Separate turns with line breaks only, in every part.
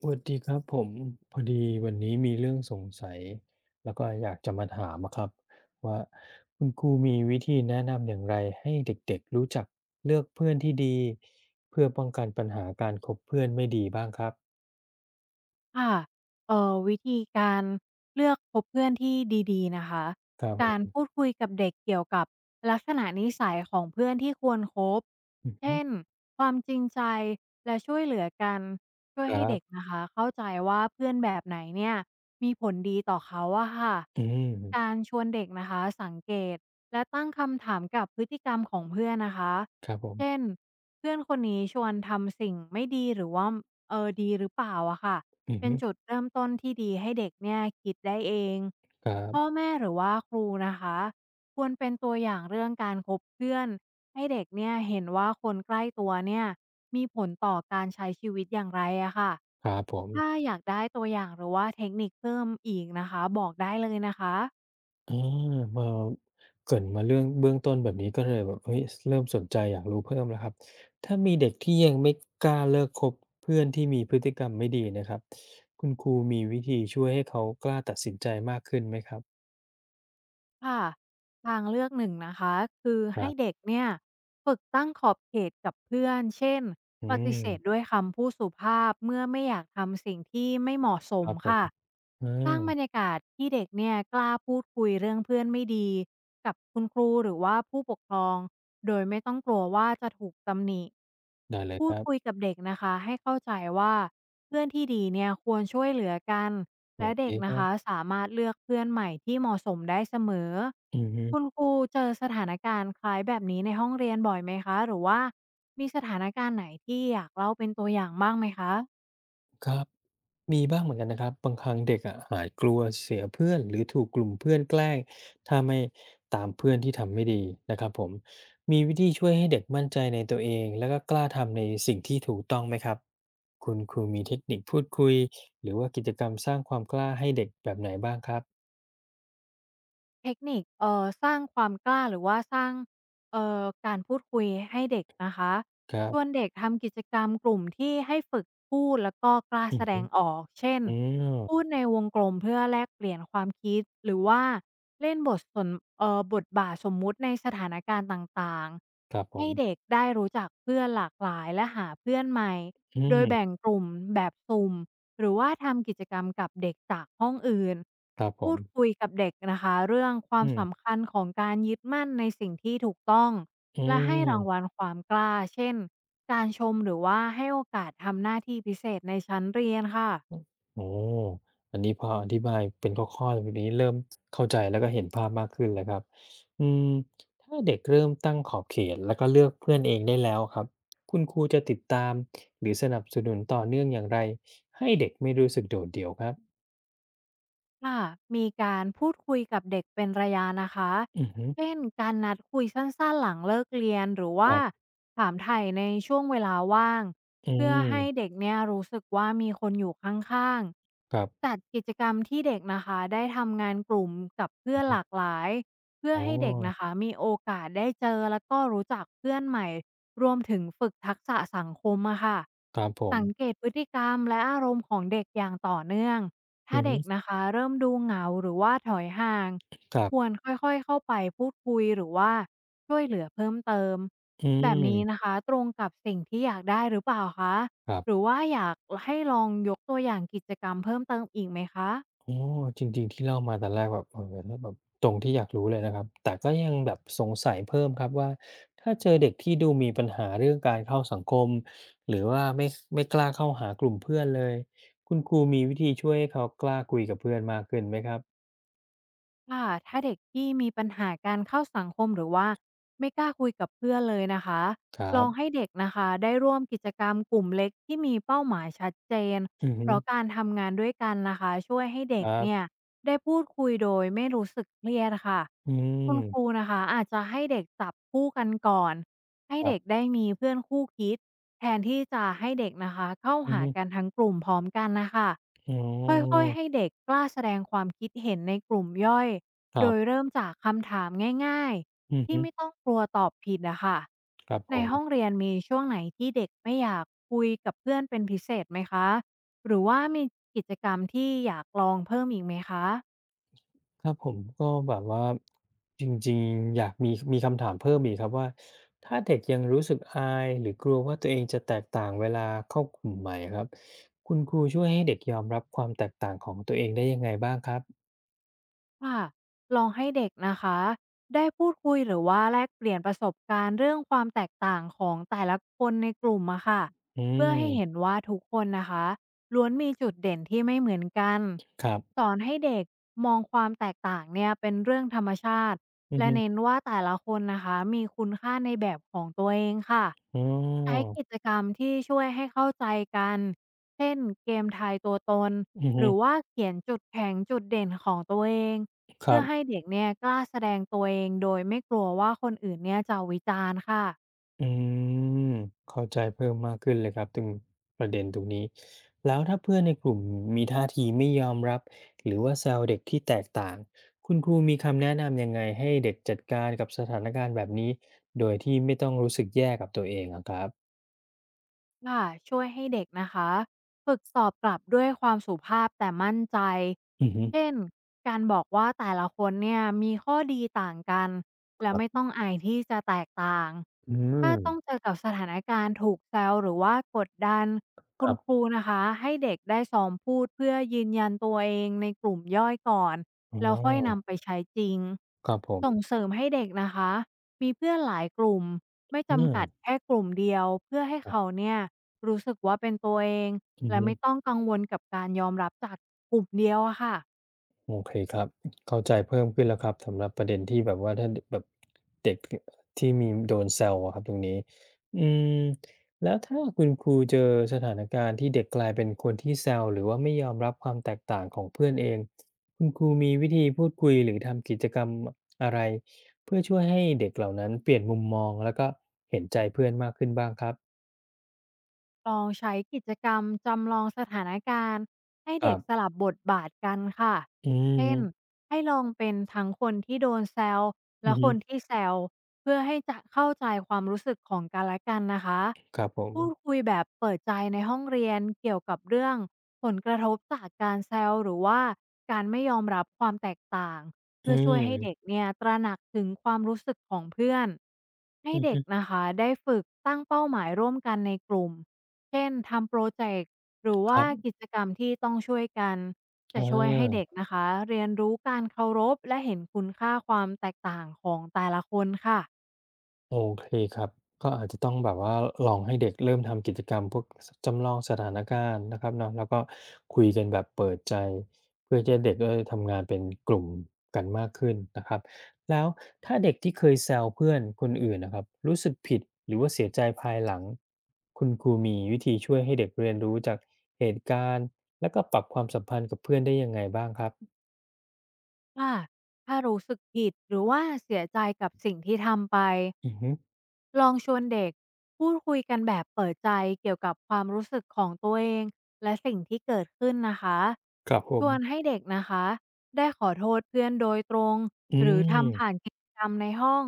สวัสดีครับผมพอดีวันนี้มีเรื่องสงสัยแล้วก็อยากจะมาถามอะครับว่าคุณครูมีวิธีแนะนำอย่างไรให้เด็กๆรู้จักเลือกเพื่อนที่ดีเพื่อป้องกันปัญหาการคบเพื่อนไม่ดีบ้างครับ
ค่ะวิธีการเลือกคบเพื่อนที่ดีๆนะคะ
ครับผ
การ
ม
พูดคุยกับเด็กเกี่ยวกับลักษณะนิสัยของเพื่อนที่ควรคบ
อือฮึ
เช่นความจริงใจและช่วยเหลือกันช่วย
ค
ให้
รั
เด็ก
บ
นะคะเข้าใจว่าเพื่อนแบบไหนเนี่ยมีผลดีต่อเขาอะค่ะ
อืม
การชวนเด็กนะคะสังเกตและตั้งคำถามกับพฤติกรรมของเพื่อนนะคะ
ครับผม
เช่น เพื่อนคนนี้ชวนทำสิ่งไม่ดีหรือว่าดีหรือเปล่าอะค่ะ
อือ
เป็
ฮึ
นจุดเริ่มต้นที่ดีให้เด็กเนี่ยคิดได้เอง
ครั
พ่อ
บ
แม่หรือว่าครูนะคะควรเป็นตัวอย่างเรื่องการคบเพื่อนให้เด็กเนี่ยเห็นว่าคนใกล้ตัวเนี่ยมีผลต่อการใช้ชีวิตอย่างไรอะค่ะ
ครับผม
ถ้าอยากได้ตัวอย่างหรือว่าเทคนิคเพิ่มอีกนะคะบอกได้เลยนะคะ
อาพอเกริ่นมาเรื่องเบื้องต้นแบบนี้ก็เลยแบบเฮ้ยเริ่มสนใจอยากรู้เพิ่มแล้วครับถ้ามีเด็กที่ยังไม่กล้าเลิกคบเพื่อนที่มีพฤติกรรมไม่ดีนะครับคุณครูมีวิธีช่วยให้เขากล้าตัดสินใจมากขึ้นไหมครับ
ค่ะทางเลือกหนึ่งนะคะคือ
ครั
ให้เด็
บ
กเนี่ยฝึกตั้งขอบเขตกับเพื่อนเช่น
อื
ปฏิ
ม
เสธด้วยคำพูดสุภาพเมื่อไม่อยากทำสิ่งที่ไม่เหมาะส
ค
ม
รับผม
ค่ะ
อา
สร้างบรรยากาศที่เด็กเนี่ยกล้าพูดคุยเรื่องเพื่อนไม่ดีกับคุณครูหรือว่าผู้ปกครองโดยไม่ต้องกลัวว่าจะถูกตำหนิ
ได้เลย
พู
ค
ด
รั
คุย
บ
กับเด็กนะคะให้เข้าใจว่าเพื่อนที่ดีเนี่ยควรช่วยเหลือกัน
โอ
และ
เค
เด็ก
ค
นะ
รับ
คะสามารถเลือกเพื่อนใหม่ที่เหมาะสมได้เสมอ
อือฮึ
คุณครูเจอสถานการณ์คล้ายแบบนี้ในห้องเรียนบ่อยไหมคะหรือว่ามีสถานการณ์ไหนที่อยากเล่าเป็นตัวอย่างบ้างไหมคะ
ครับมีบ้างเหมือนกันนะครับบางครั้งเด็กอะหายกลัวเสียเพื่อนหรือถูกกลุ่มเพื่อนแกล้งถ้าไม่ตามเพื่อนที่ทำไม่ดีนะครับผมมีวิธีช่วยให้เด็กมั่นใจในตัวเองแล้วก็กล้าทำในสิ่งที่ถูกต้องไหมครับคุณครูมีเทคนิคพูดคุยหรือว่ากิจกรรมสร้างความกล้าให้เด็กแบบไหนบ้างครับ
เทคนิคสร้างความกล้าหรือว่าสร้างการพูดคุยให้เด็กนะคะ
ครั
ชวน
บ
เด็กทำกิจกรรมกลุ่มที่ให้ฝึกพูดแล้วก็กล้า
อื
แส
มอ
ด
หือ
งออกเช่น
อืม
พูดในวงกลมเพื่อแลกเปลี่ยนความคิดหรือว่าเล่นบทสนเอ่อบทบาทสมมุติในสถานการณ์ต่าง
ครับผ
ๆให้
ม
เด็กได้รู้จักเพื่อนหลากหลายและหาเพื่อนใหม่
อื
โดยแบ่ง
ม
กลุ่มแบบสุ่ม หรือว่าทำกิจกรรมกับเด็กจากห้องอื่น
ครับผ
พู
ม
ดคุยกับเด็กนะคะเรื่องควา
อื
มสำ
ม
คัญของการยึดมั่นในสิ่งที่ถูกต้อง
อื
และให้ราง
ม
วัลความกล้าเช่นการชมหรือว่าให้โอกาสทำหน้าที่พิเศษในชั้นเรียนค่ะ
โอ้อันนี้พออธิบายเป็นข้อๆแบบนี้เริ่มเข้าใจแล้วก็เห็นภาพมากขึ้นแล้วครับอืมถ้าเด็กเริ่มตั้งขอบเขตแล้วก็เลือกเพื่อนเองได้แล้วครับคุณครูจะติดตามหรือสนับสนุนต่อเนื่องอย่างไรให้เด็กไม่รู้สึกโดดเดี่ยวครับ
ค่ะมีการพูดคุยกับเด็กเป็นระยะนะคะ
อือฮึ
เช่นการนัดคุยสั้นๆหลังเลิกเรียนหรือ
ค
ว่า
รับ
ถามไถ่ในช่วงเวลาว่าง
อื
เพื่อ
ม
ให้เด็กเนี่ยรู้สึกว่ามีคนอยู่ข้าง
ครั
ๆ จั
บ
ดกิจกรรมที่เด็กนะคะได้ทำงานกลุ่มกับเพื่อ
อะ
นห
ฮะ
ลากหลายเพื่อ
อ๋อ
ให้เด็กนะคะมีโอกาสได้เจอแล้วก็รู้จักเพื่อนใหม่รวมถึงฝึกทักษะสังคมอะค่ะ
ครับผ
สังเก
ม
ตพฤติกรรมและอารมณ์ของเด็กอย่างต่อเนื่อง
อื
ถ้า
อฮึ
เด็กนะคะเริ่มดูเหงาหรือว่าถอยห่าง
ครั
คว
บ
รค่อยๆเข้าไปพูดคุยหรือว่าช่วยเหลือเพิ่มเติม
อื
แบบนี้นะ
ม
คะตรงกับสิ่งที่อยากได้หรือเปล่าคะ
ครั
หรือ
บ
ว่าอยากให้ลองยกตัวอย่างกิจกรรมเพิ่มเติมอีกไหมคะ
อ๋อจริงๆที่เล่ามาแต่แรกแบบเออแล้วแบบตรงที่อยากรู้เลยนะครับแต่ก็ยังแบบสงสัยเพิ่มครับว่าถ้าเจอเด็กที่ดูมีปัญหาเรื่องการเข้าสังคมหรือว่าไม่กล้าเข้าหากลุ่มเพื่อนเลยคุณครูมีวิธีช่วยให้เขากล้าคุยกับเพื่อนมากขึ้นไหมครับ
ว่าถ้าเด็กที่มีปัญหาการเข้าสังคมหรือว่าไม่กล้าคุยกับเพื่อนเลยนะคะ
ครั
ลอง
บ
ให้เด็กนะคะได้ร่วมกิจกรรมกลุ่มเล็กที่มีเป้าหมายชัดเจน
อือฮึ
เพราะการทำงานด้วยกันนะคะช่วยให้เด็
ค
ก
รั
เนี่ย
บ
ได้พูดคุยโดยไม่รู้สึกเครียดค่ะ
อื
คุณครู
ม
นะคะอาจจะให้เด็กจับคู่กันก่อนให้
ครั
เด็ก
บ
ได้มีเพื่อนคู่คิดแทนที่จะให้เด็กนะคะเข้า
อือ
หา
ฮึ
กันทั้งกลุ่มพร้อมกันนะคะ
อ๋อ
ค่อยๆให้เด็กกล้าแสดงความคิดเห็นในกลุ่มย่อย
ครั
โดย
บ
เริ่มจากคำถามง่าย
อือ
ๆที่
ฮึ
ไม่ต้องกลัวตอบผิดนะคะ
ครับผ
ในห้อง
ม
เรียนมีช่วงไหนที่เด็กไม่อยากคุยกับเพื่อนเป็นพิเศษไหมคะ หรือว่ามีกิจกรรมที่อยากลองเพิ่มอีกไหมคะ
ครับผมก็แบบว่าจริงๆอยากมีคำถามเพิ่มอีกครับว่าถ้าเด็กยังรู้สึกอายหรือกลัวว่าตัวเองจะแตกต่างเวลาเข้ากลุ่มใหม่ครับคุณครูช่วยให้เด็กยอมรับความแตกต่างของตัวเองได้ยังไงบ้างครับ
ค่ะลองให้เด็กนะคะได้พูดคุยหรือว่าแลกเปลี่ยนประสบการณ์เรื่องความแตกต่างของแต่ละคนในกลุ่มอะค่ะ
อื
เพื่อให้เห็น
ม
ว่าทุกคนนะคะล้วนมีจุดเด่นที่ไม่เหมือนกัน
ครับ
สอนให้เด็กมองความแตกต่างเนี่ยเป็นเรื่องธรรมชาติ
อือ
และ
ฮึ
เน้นว่าแต่ละคนนะคะมีคุณค่าในแบบของตัวเองค่ะ
อ๋อ
ใช้กิจกรรมที่ช่วยให้เข้าใจกันเช่นเกมทายตัวตน
อือ
ห
ฮึ
รือว่าเขียนจุดแข็งจุดเด่นของตัวเอง
ครั
เพื่อให้
บ
เด็กเนี่ยกล้าแสดงตัวเองโดยไม่กลัวว่าคนอื่นเนี่ยจะวิจารณ์ค่ะ
อืมเข้าใจเพิ่มมากขึ้นเลยครับถึงประเด็นตรงนี้แล้วถ้าเพื่อนในกลุ่มมีท่าทีไม่ยอมรับหรือว่าแซวเด็กที่แตกต่างคุณครูมีคำแนะนำยังไงให้เด็กจัดการกับสถานการณ์แบบนี้โดยที่ไม่ต้องรู้สึกแย่กับตัวเองอะครับ
ค่ะช่วยให้เด็กนะคะฝึกตอบกลับด้วยความสุภาพแต่มั่นใจ
อือฮึ
เช่นการบอกว่าแต่ละคนเนี่ยมีข้อดีต่างกัน
ค
และไม่
รับ
ต้องอายที่จะแตกต่าง
อืม
ถ้าต้องเจอกับสถานการณ์ถูกแซวหรือว่ากดดัน
ค
คุ
รั
ณค
บ
รูนะคะให้เด็กได้ซ้อมพูดเพื่อยืนยันตัวเองในกลุ่มย่อยก่อน
อ๋
แล้วค่อย
อ
นำไปใช้จริง
ครับผ
ส่ง
ม
เสริมให้เด็กนะคะมีเพื่อนหลายกลุ่ม ไม่
อืม
จำกัดแค่กลุ่มเดียวเพื่อให้
ครั
เขา
บ
เนี่ยรู้สึกว่าเป็นตัวเอง
อือ
และ
ฮึ
ไม่ต้องกังวลกับการยอมรับจากกลุ่มเดียวอะค่ะ
โอเคครับเข้าใจเพิ่มขึ้นแล้วครับสำหรับประเด็นที่แบบว่าถ้าดแบบเด็กที่มีโดนแซวอะครับตรงนี้อืมแล้วถ้าคุณครูเจอสถานการณ์ที่เด็กกลายเป็นคนที่แซวหรือว่าไม่ยอมรับความแตกต่างของเพื่อนเองคุณครูมีวิธีพูดคุยหรือทำกิจกรรมอะไรเพื่อช่วยให้เด็กเหล่านั้นเปลี่ยนมุมมองแล้วก็เห็นใจเพื่อนมากขึ้นบ้างครับ
ลองใช้กิจกรรมจำลองสถานการณ์ให้
ครั
เด็กส
บ
ลับบทบาทกันค่ะ
อือ
เช่
ฮึ
นให้ลองเป็นทั้งคนที่โดนแซว
อื
และคน
ม
ที่แซวเพื่อให้จะเข้าใจความรู้สึกของกันและกันนะคะ
ครับผ
พูด
ม
คุยแบบเปิดใจในห้องเรียนเกี่ยวกับเรื่องผลกระทบจากการแซวหรือว่าการไม่ยอมรับความแตกต่าง
อื
เพื่อช่วยให้เด็ก
ม
เนี่ยตระหนักถึงความรู้สึกของเพื่อนให้
อื
เด็ก
ฮึ
นะคะได้ฝึกตั้งเป้าหมายร่วมกันในกลุ่ม เช่นทำโปรเจกต์หรือ
ค
ว่า
รับ
กิจกรรมที่ต้องช่วยกัน
อ
จะช่วยให้เด็ก
า
นะคะเรียนรู้การเคารพและเห็นคุณค่าความแตกต่างของแต่ละคนค่ะ
โอเคครับก็อาจจะต้องแบบว่าลองให้เด็กเริ่มทำกิจกรรมพวกจำลองสถานการณ์นะครับเนาะแล้วก็คุยกันแบบเปิดใจเพื่อที่เด็กก็ทำงานเป็นกลุ่มกันมากขึ้นนะครับแล้วถ้าเด็กที่เคยแซวเพื่อนคนอื่นนะครับรู้สึกผิดหรือว่าเสียใจภายหลังคุณครูมีวิธีช่วยให้เด็กเรียนรู้จากเหตุการณ์แล้วก็ปรับความสัมพันธ์กับเพื่อนได้ยังไงบ้างครับ
ว่าถ้ารู้สึกผิดหรือว่าเสียใจกับสิ่งที่ทำไป
อือฮึ
ลองชวนเด็กพูดคุยกันแบบเปิดใจเกี่ยวกับความรู้สึกของตัวเองและสิ่งที่เกิดขึ้นนะคะ
ครับผ
ชวน
ม
ให้เด็กนะคะได้ขอโทษเพื่อนโดยตรง
อื
อ
ม
นกิจกรรมในห้อง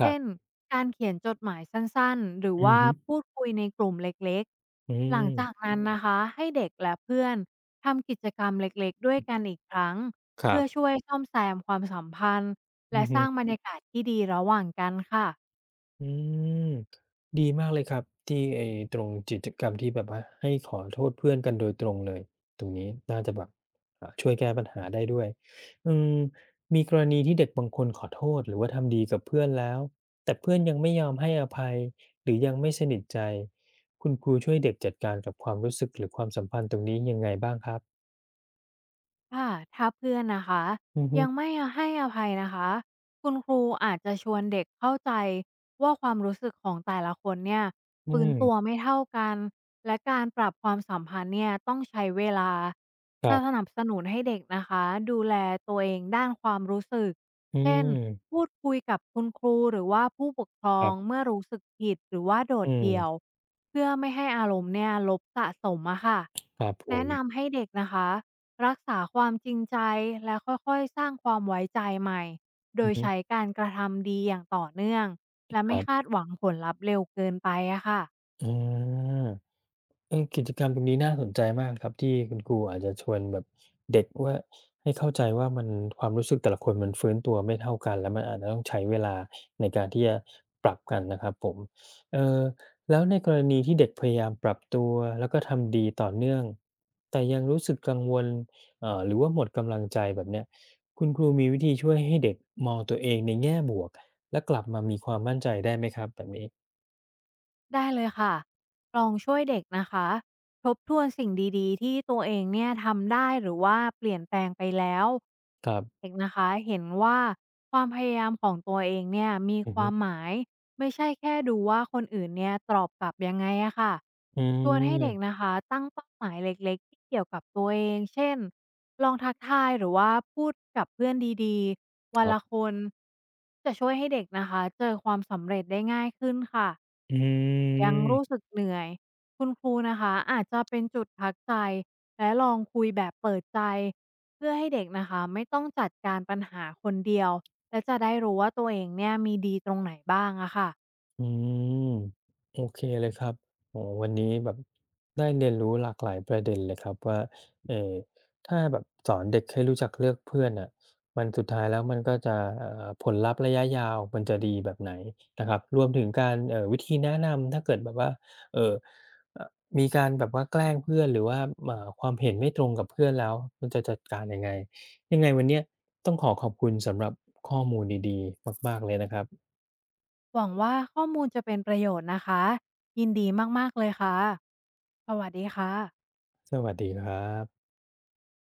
ครั
เช่น
บ
การเขียนจดหมายสั้นๆ หรือ
อือ
ว่า
ฮึ
พูดคุยในกลุ่มเล็ก
อื
ๆ หลัง
ม
จากนั้นนะคะให้เด็กและเพื่อนทำกิจกรรมเล็กๆ ด้วยกันอีกครั้ง
ครั
เพื่อ
บ
ช่วยซ่อมแซมความสัมพันธ์
อื
และ
อ
ส
ฮึ
ร้างบรรยากาศที่ดีระหว่างกันค่ะ
อืมดีมากเลยครับที่ไอ้ตรงกิจกรรมที่แบบว่าให้ขอโทษเพื่อนกันโดยตรงเลยตรงนี้น่าจะแบบอ่าช่วยแก้ปัญหาได้ด้วยอืมมีกรณีที่เด็กบางคนขอโทษหรือว่าทำดีกับเพื่อนแล้วแต่เพื่อนยังไม่ยอมให้อภัยหรือยังไม่สนิทใจคุณครูช่วยเด็กจัดการกับความรู้สึกหรือความสัมพันธ์ตรงนี้ยังไงบ้างครับ
ค่ะถ้าเพื่อนนะคะ
อือฮึ
ยังไม่ให้อภัยนะคะคุณครูอาจจะชวนเด็กเข้าใจว่าความรู้สึกของแต่ละคนเนี่ย
อื
ฟื้น
ม
ตัวไม่เท่ากันและการปรับความสัมพันธ์เนี่ยต้องใช้เวลา
ครั
ถ้าส
บ
นับสนุนให้เด็กนะคะดูแลตัวเองด้านความรู้สึก
อื
เช่น
ม
พูดคุยกับคุณครูหรือว่าผู้ปกครอ
ครั
ง
บ
เมื่อรู้สึกผิดหรือว่าโด
อื
ดเดี่ยว
ม
เพื่อไม่ให้อารมณ์เนี่ยลบสะสมอะค่ะ
ครับผ
แนะ
ม
นำให้เด็กนะคะ รักษาความจริงใจและค่อยๆสร้างความไว้ใจใหม่โด
อือ
ย
ฮึ
ใช้การกระทำดีอย่างต่อเนื่องและ
ค
ไม่
รั
คา
บ
ดหวังผลลัพธ์เร็วเกินไปอะค่ะ
อา เออกิจกรรมตรงนี้น่าสนใจมากครับที่คุณครูอาจจะชวนแบบเด็กว่าให้เข้าใจว่ามันความรู้สึกแต่ละคนมันฟื้นตัวไม่เท่ากันแล้วมันอาจจะต้องใช้เวลาในการที่จะปรับกันนะครับผมเอ่อแล้วในกรณีที่เด็กพยายามปรับตัวแล้วก็ทำดีต่อเนื่องแต่ยังรู้สึกกังวลหรือว่าหมดกำลังใจแบบเนี้ยคุณครูมีวิธีช่วยให้เด็กมองตัวเองในแง่บวกและกลับมามีความมั่นใจได้ไหมครับแบบนี้
ได้เลยค่ะ ลองช่วยเด็กนะคะทบทวนสิ่งดีๆที่ตัวเองเนี่ยทำได้หรือว่าเปลี่ยนแปลงไปแล้ว
ครั
เด็
บ
กนะคะเห็นว่าความพยายามของตัวเองเนี่ยมี
อือ
ค
ฮึ
วามหมายไม่ใช่แค่ดูว่าคนอื่นเนี่ยตอบกลับยังไงอะค่ะ
อื
ชวนให้เด็ก
ม
นะคะตั้งเป้าหมายเล็กๆที่เกี่ยวกับตัวเอง เช่นลองทักทายหรือว่าพูดกับเพื่อนดีๆ
ค
วัน
รั
ละ
บ
คนจะช่วยให้เด็กนะคะเจอความสำเร็จได้ง่ายขึ้นค่ะ
อื
ยังรู้
ม
สึกเหนื่อย คุณครูนะคะอาจจะเป็นจุดพักใจและลองคุยแบบเปิดใจเพื่อให้เด็กนะคะไม่ต้องจัดการปัญหาคนเดียวและจะได้รู้ว่าตัวเองเนี่ยมีดีตรงไหนบ้างอะค่ะ
อืมโอเคเลยครับโอ้วันนี้แบบได้เรียนรู้หลากหลายประเด็นเลยครับว่าเออถ้าแบบสอนเด็กให้รู้จักเลือกเพื่อนอ่ะมันสุดท้ายแล้วมันก็จะผลลัพธ์ระยะยาวมันจะดีแบบไหนนะครับรวมถึงการวิธีแนะนำถ้าเกิดแบบว่าเออเออมีการแบบว่าแกล้งเพื่อนหรือว่าความเห็นไม่ตรงกับเพื่อนแล้วมันจะจัดการยังไงยังไงวันเนี้ยต้องขอขอบคุณสำหรับข้อมูลดีๆมากๆเลยนะครับ
หวังว่าข้อมูลจะเป็นประโยชน์นะคะยินดีมากๆเลยค่ะสวัสดีค่ะ
สวัสดีครับ